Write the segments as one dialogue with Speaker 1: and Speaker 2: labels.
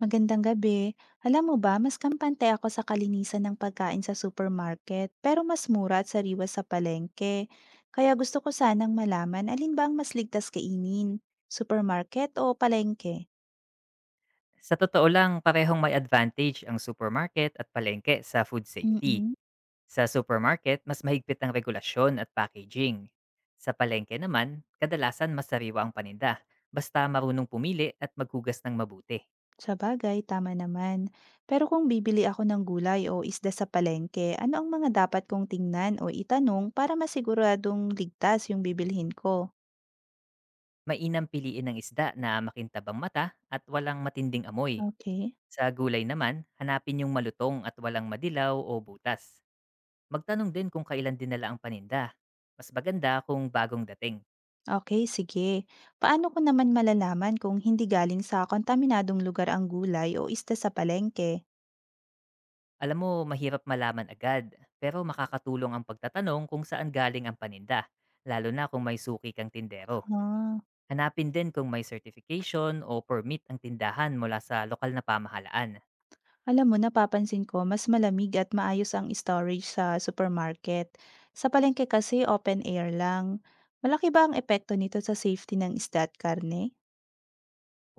Speaker 1: Magandang gabi. Alam mo ba, mas kampante ako sa kalinisan ng pagkain sa supermarket, pero mas mura at sariwa sa palengke. Kaya gusto ko sanang malaman alin ba ang mas ligtas kainin, supermarket o palengke?
Speaker 2: Sa totoo lang, parehong may advantage ang supermarket at palengke sa food safety.
Speaker 1: Mm-mm.
Speaker 2: Sa supermarket, mas mahigpit ang regulasyon at packaging. Sa palengke naman, kadalasan mas sariwa ang paninda, basta marunong pumili at maghugas ng mabuti.
Speaker 1: Sa bagay, tama naman. Pero kung bibili ako ng gulay o isda sa palengke, ano ang mga dapat kong tingnan o itanong para masiguradong ligtas yung bibilhin ko?
Speaker 2: Mainam piliin ng isda na makintabang mata at walang matinding amoy.
Speaker 1: Okay.
Speaker 2: Sa gulay naman, hanapin yung malutong at walang madilaw o butas. Magtanong din kung kailan dinala ang paninda. Mas maganda kung bagong dating.
Speaker 1: Okay, sige. Paano ko naman malalaman kung hindi galing sa kontaminadong lugar ang gulay o isda sa palengke?
Speaker 2: Alam mo, mahirap malaman agad, pero makakatulong ang pagtatanong kung saan galing ang paninda, lalo na kung may suki kang tindero.
Speaker 1: Ah,
Speaker 2: Hanapin din kung may certification o permit ang tindahan mula sa lokal na pamahalaan.
Speaker 1: alam mo, napapansin ko mas malamig at maayos ang storage sa supermarket. Sa palengke kasi open air lang. Malaki ba ang epekto nito sa safety ng isda at karne?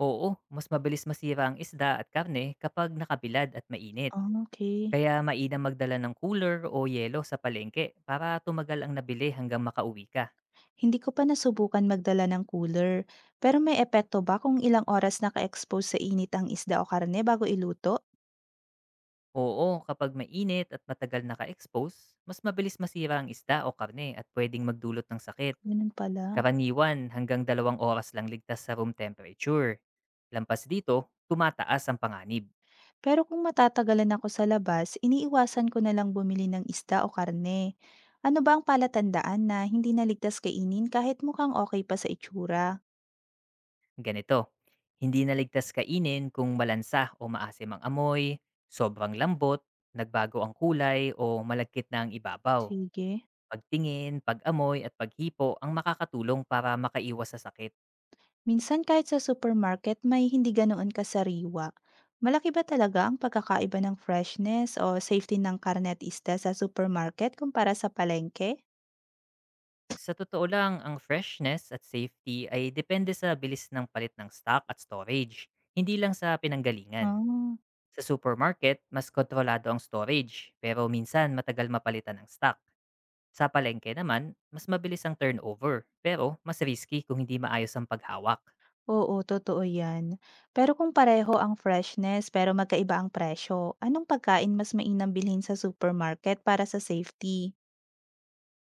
Speaker 2: Oo, mas mabilis masira ang isda at karne kapag nakabilad at mainit.
Speaker 1: Ah, okey.
Speaker 2: Kaya mainam magdala ng cooler o yelo sa palengke para tumagal ang nabili hanggang makauwi ka.
Speaker 1: Hindi ko pa nasubukan magdala ng cooler, pero may epekto ba kung ilang oras naka-expose sa init ang isda o karne bago iluto?
Speaker 2: Oo, kapag mainit at matagal naka-expose, mas mabilis masira ang isda o karne at pwedeng magdulot ng sakit.
Speaker 1: Ganun pala.
Speaker 2: Karaniwan hanggang 2 oras lang ligtas sa room temperature. Lampas dito, tumataas ang panganib.
Speaker 1: Pero kung matatagalan ako sa labas, iniiwasan ko na lang bumili ng isda o karne. Ano ba ang palatandaan na hindi naligtas kainin kahit mukhang okay pa sa itsura?
Speaker 2: Ganito, hindi na ligtas kainin kung malansa o maasim ang amoy, sobrang lambot, nagbago ang kulay o malagkit na ang ibabaw.
Speaker 1: Sige.
Speaker 2: Pagtingin, pag-amoy at paghipo ang makakatulong para makaiwas sa sakit.
Speaker 1: Minsan kahit sa supermarket may hindi ganoon kasariwa. Malaki ba talaga ang pagkakaiba ng freshness o safety ng karne at isda sa supermarket kumpara sa palengke?
Speaker 2: Sa totoo lang, ang freshness at safety ay depende sa bilis ng palit ng stock at storage, hindi lang sa pinanggalingan.
Speaker 1: Ah.
Speaker 2: Sa supermarket, mas kontrolado ang storage, pero minsan matagal mapalitan ang stock. Sa palengke naman, mas mabilis ang turnover, pero mas risky kung hindi maayos ang paghawak.
Speaker 1: Oo, totoo 'yan. Pero kung pareho ang freshness pero magkaiba ang presyo, anong pagkain mas mainam bilhin sa supermarket para sa safety?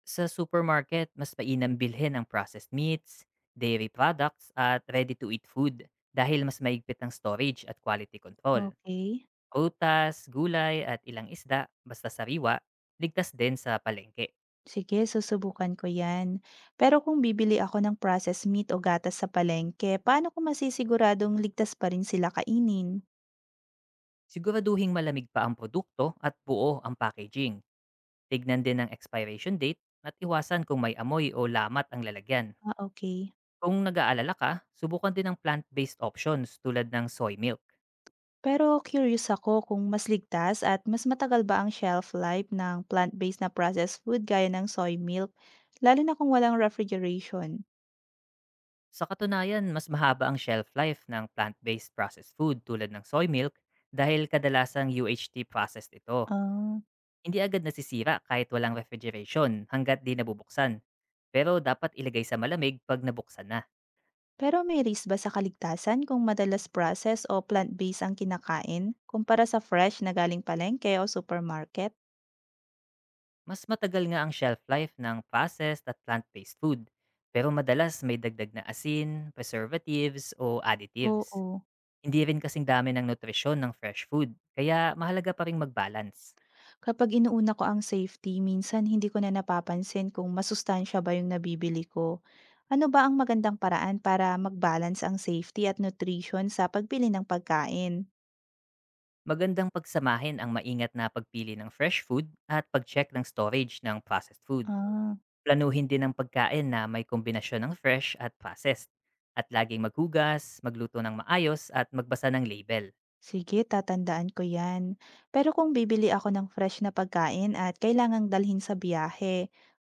Speaker 2: Sa supermarket, mas mainam bilhin ang processed meats, dairy products, at ready-to-eat food dahil mas maigpit ang storage at quality control.
Speaker 1: Okay.
Speaker 2: Prutas, gulay, at ilang isda, basta sariwa, ligtas din sa palengke.
Speaker 1: Sige, susubukan ko 'yan. Pero kung bibili ako ng processed meat o gatas sa palengke, paano ko masisiguradong ligtas pa rin sila kainin?
Speaker 2: Siguraduhing malamig pa ang produkto at buo ang packaging. Tignan din ang expiration date at iwasan kung may amoy o lamat ang lalagyan.
Speaker 1: Ah, okay.
Speaker 2: Kung nag-aalala ka, subukan din ang plant-based options tulad ng soy milk.
Speaker 1: Pero curious ako kung mas ligtas at mas matagal ba ang shelf life ng plant-based na processed food gaya ng soy milk, lalo na kung walang refrigeration?
Speaker 2: Sa katunayan, mas mahaba ang shelf life ng plant-based processed food tulad ng soy milk dahil kadalasang UHT processed ito.
Speaker 1: Ah.
Speaker 2: Hindi agad nasisira kahit walang refrigeration hanggat di nabubuksan. Pero dapat ilagay sa malamig pag nabuksan na.
Speaker 1: Pero may risk ba sa kaligtasan kung madalas processed o plant-based ang kinakain kumpara sa fresh na galing palengke o supermarket?
Speaker 2: Mas matagal nga ang shelf life ng processed at plant-based food, pero madalas may dagdag na asin, preservatives o additives.
Speaker 1: Oo.
Speaker 2: Hindi rin kasing dami ng nutrisyon ng fresh food, kaya mahalaga pa rin mag-balance.
Speaker 1: Kapag inuuna ko ang safety, minsan hindi ko na napapansin kung masustansya ba yung nabibili ko. Ano ba ang magandang paraan para mag-balance ang safety at nutrition sa pagbili ng pagkain?
Speaker 2: Magandang pagsamahin ang maingat na pagpili ng fresh food at pag-check ng storage ng processed food.
Speaker 1: Ah.
Speaker 2: Planuhin din ang pagkain na may kombinasyon ng fresh at processed. At laging maghugas, magluto ng maayos at magbasa ng label.
Speaker 1: Sige, tatandaan ko yan. Pero kung bibili ako ng fresh na pagkain at kailangang dalhin sa biyahe,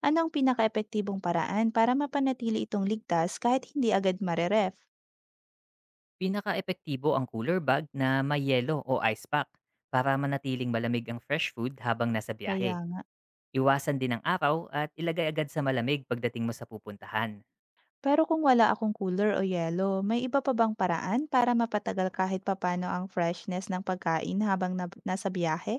Speaker 1: anong pinaka-epektibong paraan para mapanatili itong ligtas kahit hindi agad mareref?
Speaker 2: Pinakaepektibo ang cooler bag na may yelo o ice pack para manatiling malamig ang fresh food habang nasa biyahe.
Speaker 1: Kaya nga.
Speaker 2: Iwasan din ang araw at ilagay agad sa malamig pagdating mo sa pupuntahan.
Speaker 1: Pero kung wala akong cooler o yelo, may iba pa bang paraan para mapatagal kahit papano ang freshness ng pagkain habang nasa biyahe?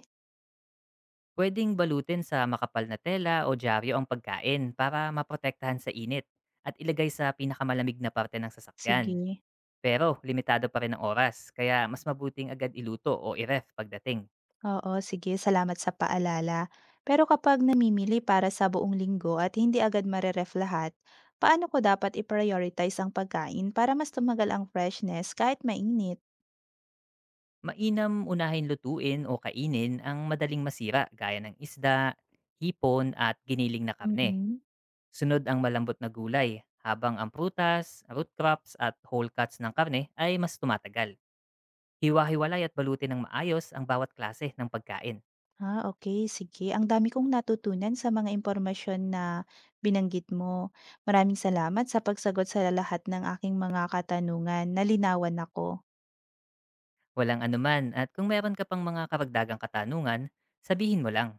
Speaker 2: Pwedeng balutin sa makapal na tela o dyaryo ang pagkain para maprotektahan sa init at ilagay sa pinakamalamig na parte ng sasakyan.
Speaker 1: Sige.
Speaker 2: Pero limitado pa rin ang oras, kaya mas mabuting agad iluto o i-ref pagdating.
Speaker 1: Oo, sige. Salamat sa paalala. Pero kapag namimili para sa buong linggo at hindi agad mareref lahat, paano ko dapat i-prioritize ang pagkain para mas tumagal ang freshness kahit mainit?
Speaker 2: Mainam unahin lutuin o kainin ang madaling masira gaya ng isda, hipon at giniling na karne.
Speaker 1: Mm.
Speaker 2: Sunod ang malambot na gulay, habang ang prutas, root crops at whole cuts ng karne ay mas tumatagal. Hiwa-hiwalay at balutin ng maayos ang bawat klase ng pagkain.
Speaker 1: Ah, okay. Sige. Ang dami kong natutunan sa mga impormasyon na binanggit mo. Maraming salamat sa pagsagot sa lahat ng aking mga katanungan. Nalinawan ako.
Speaker 2: Walang anuman, at kung meron ka pang mga karagdagang katanungan, sabihin mo lang.